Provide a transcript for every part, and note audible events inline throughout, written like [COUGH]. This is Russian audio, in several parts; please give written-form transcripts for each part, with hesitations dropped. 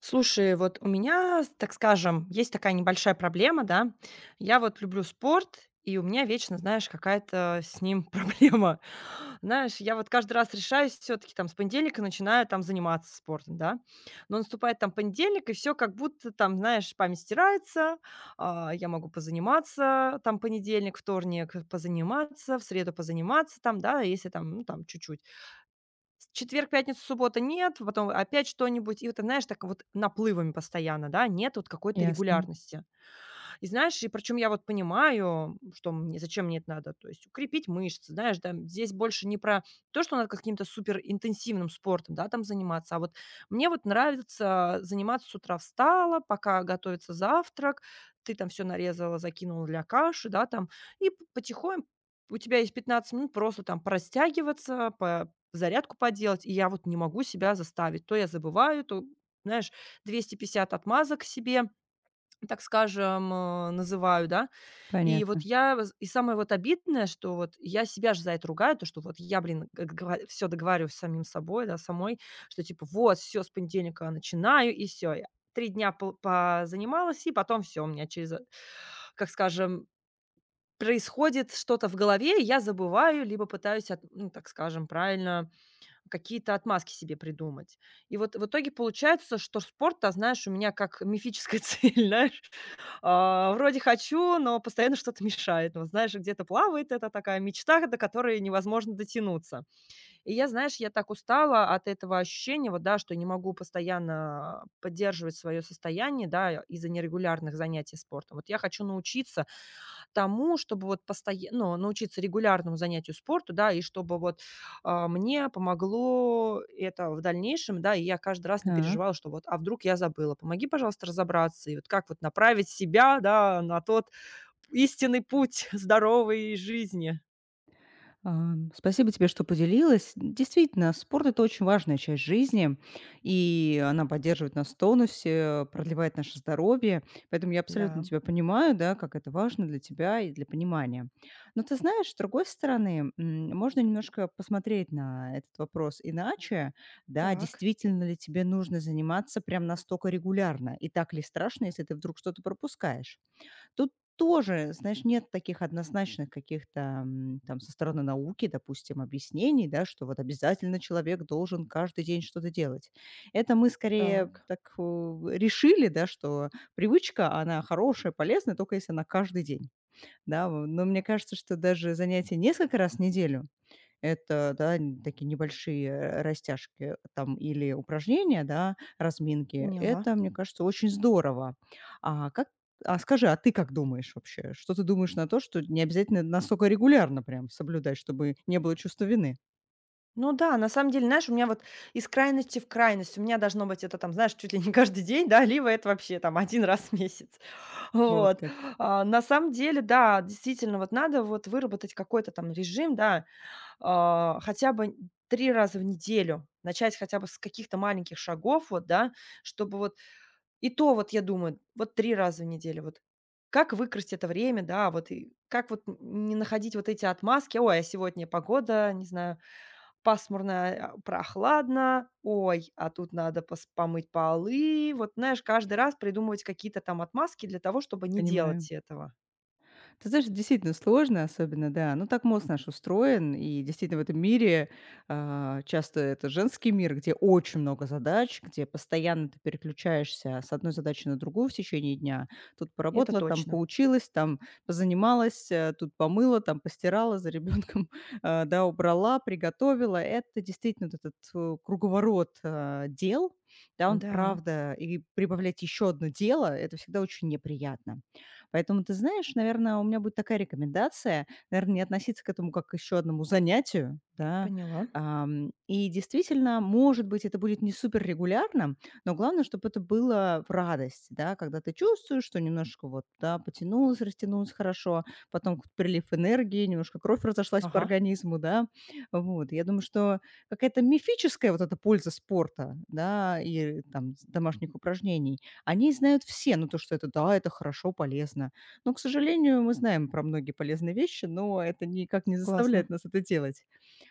Слушай, вот у меня, так скажем, есть такая небольшая проблема, да. Я вот люблю спорт, и у меня вечно, знаешь, какая-то с ним [LAUGHS] проблема. Знаешь, я вот каждый раз решаюсь, все-таки там с понедельника начинаю там заниматься спортом, да. Но наступает там понедельник, и все как будто там, знаешь, память стирается, я могу позаниматься там понедельник, вторник позаниматься, в среду позаниматься там, да, если там, ну, там чуть-чуть с четверг, пятница, суббота- нет, потом опять что-нибудь. И вот, ты знаешь, так вот наплывами постоянно, да, нет вот какой-то Ясно, регулярности. И знаешь, и причем я вот понимаю, что мне зачем мне это надо, то есть укрепить мышцы, знаешь, да, здесь больше не про то, что надо каким-то суперинтенсивным спортом, да, там заниматься, а вот мне вот нравится заниматься: с утра встала, пока готовится завтрак, ты там все нарезала, закинула для каши, да, там, и потихоньку у тебя есть 15 минут просто там простягиваться, зарядку поделать, и я вот не могу себя заставить. То я забываю, то, знаешь, 250 отмазок себе, так скажем, называю, да. И вот понятно. я воз и самое вот обидное, что вот я себя же за это ругаю, то, что вот я, блин, все договариваюсь с самим собой, да, самой, что типа: "Вот, все с понедельника начинаю", и все 3 дня пол позанималась, и потом все у меня через, как скажем, происходит что-то в голове, и я забываю, либо пытаюсь от ну, так скажем, правильно, какие-то отмазки себе придумать. И вот в итоге получается, что спорт, а знаешь, у меня как мифическая [LAUGHS] цель, знаешь. А, вроде хочу, но постоянно что-то мешает. Ну, вот знаешь, где-то плавает эта такая мечта, до которой невозможно дотянуться. И я, знаешь, я так устала от этого ощущения, вот, да, что не могу постоянно поддерживать свое состояние, да, из-за нерегулярных занятий спортом. Вот я хочу научиться тому, чтобы вот постоянно, ну, научиться регулярному занятию спорту, да, и чтобы вот, мне помогло это в дальнейшем, да, и я каждый раз не Так, переживала, что вот, а вдруг я забыла. Помоги, пожалуйста, разобраться, и вот как вот направить себя, да, на тот истинный путь [LAUGHS] здоровой жизни. Спасибо тебе, что поделилась. Действительно, спорт - это очень важная часть жизни, и она поддерживает нас в тонусе, продлевает наше здоровье. Поэтому я абсолютно Да. тебя понимаю, да, как это важно для тебя и для понимания. Но ты знаешь, с другой стороны, можно немножко посмотреть на этот вопрос иначе. Да, Так, действительно ли тебе нужно заниматься прям настолько регулярно? И так ли страшно, если ты вдруг что-то пропускаешь? Тут тоже, знаешь, нет таких однозначных каких-то, там, со стороны науки, допустим, объяснений, да, что вот обязательно человек должен каждый день что-то делать. Это мы скорее так, так, решили, да, что привычка, она хорошая, полезная, только если она каждый день, да. Но мне кажется, что даже занятие несколько раз в неделю это, да, н такие небольшие, растяжки там или упражнения, да, разминки. поняла. Это, мне кажется, очень здорово. А как а скажи, а ты как думаешь вообще? Что ты думаешь на то, что не обязательно настолько регулярно прям соблюдать, чтобы не было чувства вины? Ну да, на самом деле, знаешь, у меня вот из крайности в крайность. У меня должно быть это там, знаешь, чуть ли не каждый день, да, либо это вообще там один раз в месяц. Вот Вот. как, А, на самом деле, да, действительно, вот надо вот выработать какой-то там режим, да, хотя бы 3 раза в неделю хотя бы с каких-то маленьких шагов, вот, да, чтобы вот и то вот, я думаю, вот 3 раза в неделю как выкрасть это время, да, вот и как вот н не находить вот эти отмазки: "Ой, а сегодня погода, не знаю, пасмурно, прохладно. Ой, а тут надо пос помыть полы". Вот, знаешь, каждый раз придумывать какие-то там отмазки для того, чтобы не понимаю. делать этого. Ты знаешь, действительно сложно, особенно, да. Ну, так мозг наш устроен, и действительно в этом мире часто это женский мир, где очень много задач, где постоянно ты переключаешься с одной задачи на другую в течение дня. Тут Это поработала, там точно. поучилась, там позанималась, тут помыла, там постирала за ребенком, [LAUGHS] а, да, убрала, приготовила. Это действительно вот этот круговорот дел, да, он Да, правда, и прибавлять еще одно дело, это всегда очень неприятно. Поэтому, ты знаешь, наверное, у меня будет такая рекомендация, наверное, не относиться к этому как к еще одному занятию, да. поняла. И действительно, может быть, это будет не супер регулярно, но главное, чтобы это было в радость, да, когда ты чувствуешь, что немножко вот, да, потянулось, растянулось хорошо, потом какой-то прилив энергии, немножко кровь разошлась по Ага, организму, да. Вот, я думаю, что какая-то мифическая вот эта польза спорта, да, и там с- домашних упражнений, о ней знают все, ну то, что это да, это хорошо, полезно. Но, к сожалению, мы знаем про многие полезные вещи, но это никак не согласна. заставляет нас это делать.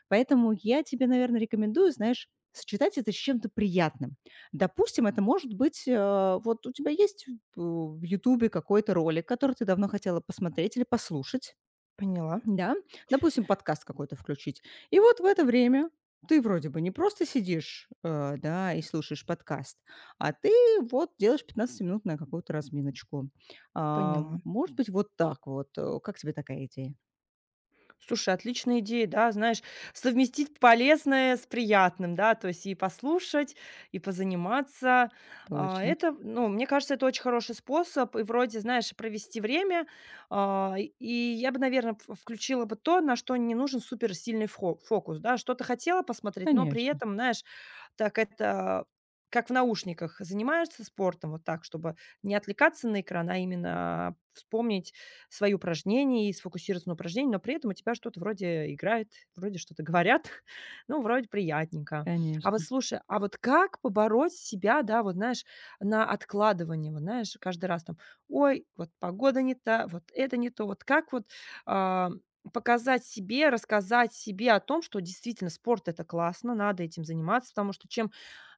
Поэтому я тебе, наверное, рекомендую, знаешь, сочетать это с чем-то приятным. Допустим, это может быть, вот у тебя есть в "Ютубе" какой-то ролик, который ты давно хотела посмотреть или послушать. Поняла, Да, допустим, подкаст какой-то включить. И вот в это время ты вроде бы не просто сидишь, да, и слушаешь подкаст, а ты вот делаешь 15 минут на какую-то разминочку. А, поняла. может быть, вот так вот. Как тебе такая идея? Слушай, отличная идея, да, знаешь, совместить полезное с приятным, да, то есть и послушать, и позаниматься. А, Точно. это, ну, мне кажется, это очень хороший способ, и вроде, знаешь, провести время, и я бы, наверное, включила бы то, на что не нужен суперсильный фокус, да, что-то хотела посмотреть, но при Конечно, этом, знаешь, так это как в наушниках занимаешься спортом, вот так, чтобы не отвлекаться на экран, а именно вспомнить свои упражнения и сфокусироваться на упражнении, но при этом у тебя что-то вроде играет, вроде что-то говорят, [LAUGHS] ну, вроде приятненько. А вот конечно. слушай, а вот как побороть себя, да, вот знаешь, на откладывание, вот знаешь, каждый раз там, ой, вот погода не та, вот это не то, вот как вот, а, показать себе, рассказать себе о том, что действительно спорт- это классно, надо этим заниматься, потому что чем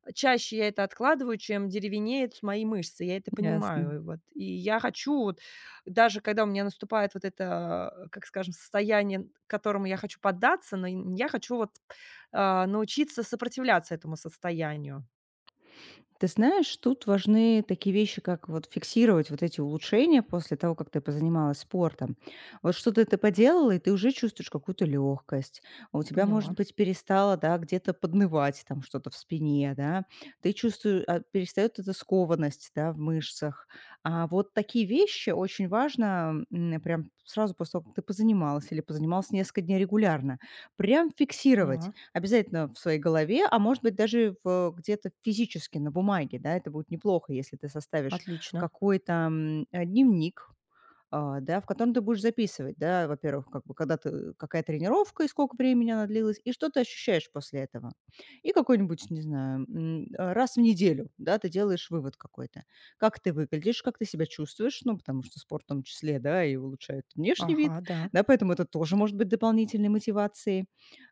чаще я это откладываю, чем деревенеют мои мышцы. Я это Ясно. понимаю. Вот. И я хочу вот, даже когда у меня наступает вот это, как скажем, состояние, которому я хочу поддаться, но я хочу вот, научиться сопротивляться этому состоянию. Ты знаешь, тут важны такие вещи, как вот фиксировать вот эти улучшения после того, как ты позанималась спортом. Вот что-то ты поделала, и ты уже чувствуешь какую-то легкость. У тебя, Поняла, может быть, перестало, да, где-то поднывать там что-то в спине, да. Ты чувствуешь, перестает эта скованность, да, в мышцах. А вот такие вещи очень важно прям сразу после того, как ты позанималась или позанималась несколько дней регулярно, прям фиксировать. поняла. Обязательно в своей голове, а может быть, даже в где-то физически на бумаге, да. Это будет неплохо, если ты составишь Отлично. какой-то, дневник, да, в котором ты будешь записывать, да, во-первых, как бы когда ты какая тренировка и сколько времени она длилась, и что ты ощущаешь после этого. И какой-нибудь, не знаю, раз в неделю, да, ты делаешь вывод какой-то. Как ты выглядишь, как ты себя чувствуешь, ну, потому что спорт в том числе, да, и улучшает внешний вид, Ага, да. да, поэтому это тоже может быть дополнительной мотивацией,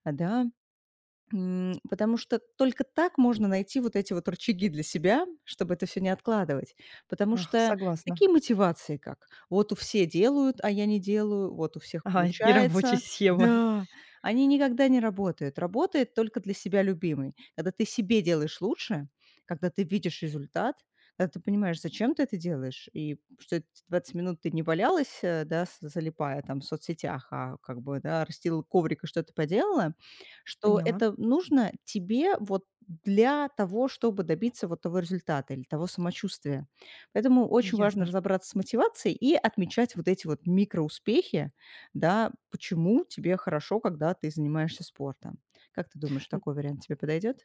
да. Потому что только так можно найти вот эти вот рычаги для себя, чтобы это все не откладывать. Потому Ах, что согласна. такие мотивации, как: "Вот у все делают, а я не делаю, вот у всех Ага, это не рабочая получается". схема. Да, они никогда не работают. Работает только для себя любимый. Когда ты себе делаешь лучше, когда ты видишь результат, когда ты понимаешь, зачем ты это делаешь, и что эти 20 минут ты не валялась, да, с залипая там в соцсетях, а как бы, да, расстелила коврик и что-то поделала, что Поняла, это нужно тебе вот для того, чтобы добиться вот того результата или того самочувствия. Поэтому очень важно ясно. разобраться с мотивацией и отмечать вот эти вот микроуспехи, да, почему тебе хорошо, когда ты занимаешься спортом. Как ты думаешь, такой вариант тебе подойдет?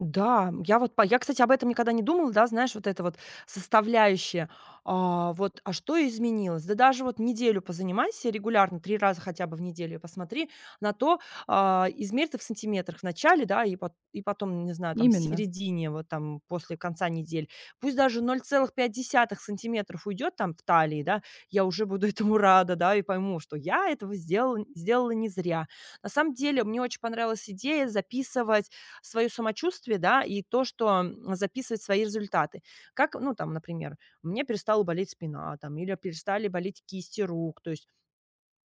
Да, я вот по я, кстати, об этом никогда не думала, да, знаешь, вот это вот составляющая. А, вот, а что изменилось? Да даже вот неделю позанимайся регулярно, 3 раза хотя бы в неделю, и посмотри на то, измерь ты в сантиметрах в начале, да, и потом, не знаю, там в Именно, середине, вот там после конца недель. Пусть даже 0,5 сантиметра уйдет там в талии, да, я уже буду [LAUGHS] этому рада, да, и пойму, что я этого сделала не зря. На самом деле, мне очень понравилась идея записывать свое самочувствие, да, и то, что, записывать свои результаты. Как, ну, там, например, у меня перестала болеть спина, там, или перестали болеть кисти рук. То есть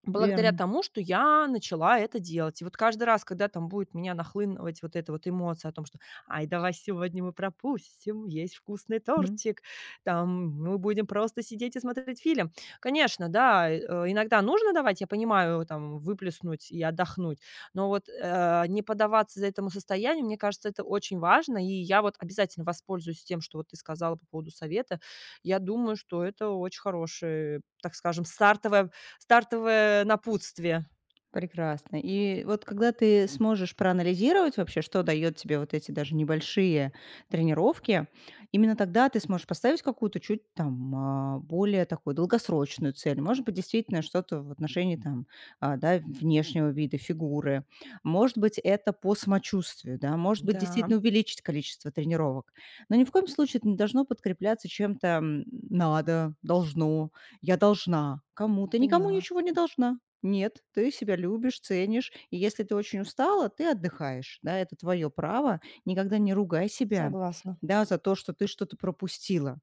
благодаря верно. тому, что я начала это делать. И вот каждый раз, когда там будет меня нахлынывать вот эта вот эмоция о том, что: "Ай, давай сегодня мы пропустим, есть вкусный Мгм. тортик, там мы будем просто сидеть и смотреть фильм". Конечно, да, иногда нужно давать, я понимаю, там выплеснуть и отдохнуть, но вот, не поддаваться за этому состоянию, мне кажется, это очень важно. И я вот обязательно воспользуюсь тем, что вот ты сказала по поводу совета. Я думаю, что это очень хороший, так скажем, стартовая стартовое напутствие. Прекрасно. И вот когда ты сможешь проанализировать вообще, что дает тебе вот эти даже небольшие тренировки, именно тогда ты сможешь поставить какую-то чуть там более такую долгосрочную цель. Может быть, действительно что-то в отношении там, да, внешнего вида, фигуры. Может быть, это по самочувствию, да, может быть, Да, действительно увеличить количество тренировок. Но ни в коем случае это не должно подкрепляться чем-то надо, должно, я должна кому-то. Никому поняла. ничего не должна. Нет, ты себя любишь, ценишь, и если ты очень устала, ты отдыхаешь, да, это твое право. Никогда не ругай себя, Согласна. да, за то, что ты что-то пропустила,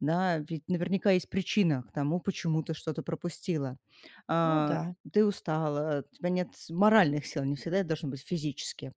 да, ведь наверняка есть причина к тому, почему ты что-то пропустила. Ну А, да, ты устала, у тебя нет моральных сил, не всегда это должно быть физически.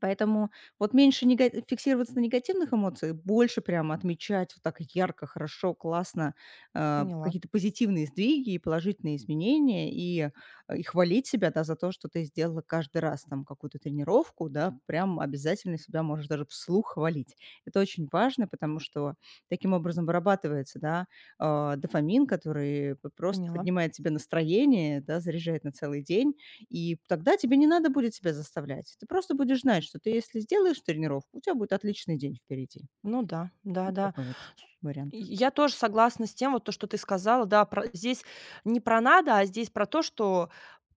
Поэтому вот меньше нега фиксироваться на негативных эмоциях, больше прямо отмечать вот так ярко, хорошо, классно, поняла, какие-то позитивные сдвиги и положительные изменения, и хвалить себя, да, за то, что ты сделала каждый раз там какую-то тренировку, да, прям обязательно себя можешь даже вслух хвалить. Это очень важно, потому что таким образом вырабатывается, да, дофамин, который п- просто поняла. поднимает тебе настроение, да, заряжает на целый день, и тогда тебе не надо будет себя заставлять. Ты просто будешь знать, что ты, если сделаешь тренировку, у тебя будет отличный день впереди. Ну да, Вот да-да. такой вот вариант. И я тоже согласна с тем, вот то, что ты сказала. Да, про здесь не про надо, а здесь про то, что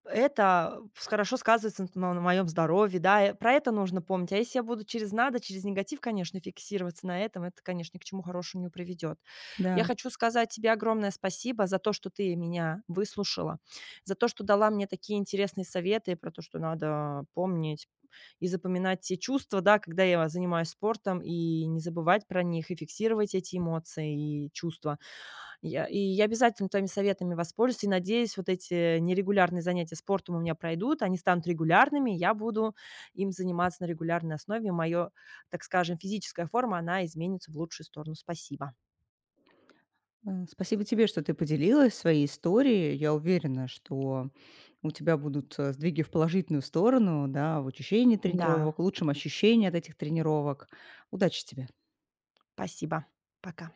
это с хорошо сказывается на моем здоровье, да, про это нужно помнить. А если я буду через надо, через негатив, конечно, фиксироваться на этом, это, конечно, ни к чему хорошему не приведет. Я Да, хочу сказать тебе огромное спасибо за то, что ты меня выслушала, за то, что дала мне такие интересные советы про то, что надо помнить и запоминать те чувства, да, когда я занимаюсь спортом, и не забывать про них, и фиксировать эти эмоции и чувства. Я обязательно твоими советами воспользуюсь и, надеюсь, вот эти нерегулярные занятия спортом у меня пройдут, они станут регулярными, я буду им заниматься на регулярной основе. Так скажем, физическая форма, она изменится в лучшую сторону. Спасибо. да. Спасибо тебе, что ты поделилась своей историей. Я уверена, что у тебя будут сдвиги в положительную сторону, да, в очищении Да, тренировок, лучшем ощущении от этих тренировок. Удачи тебе! спасибо. Пока.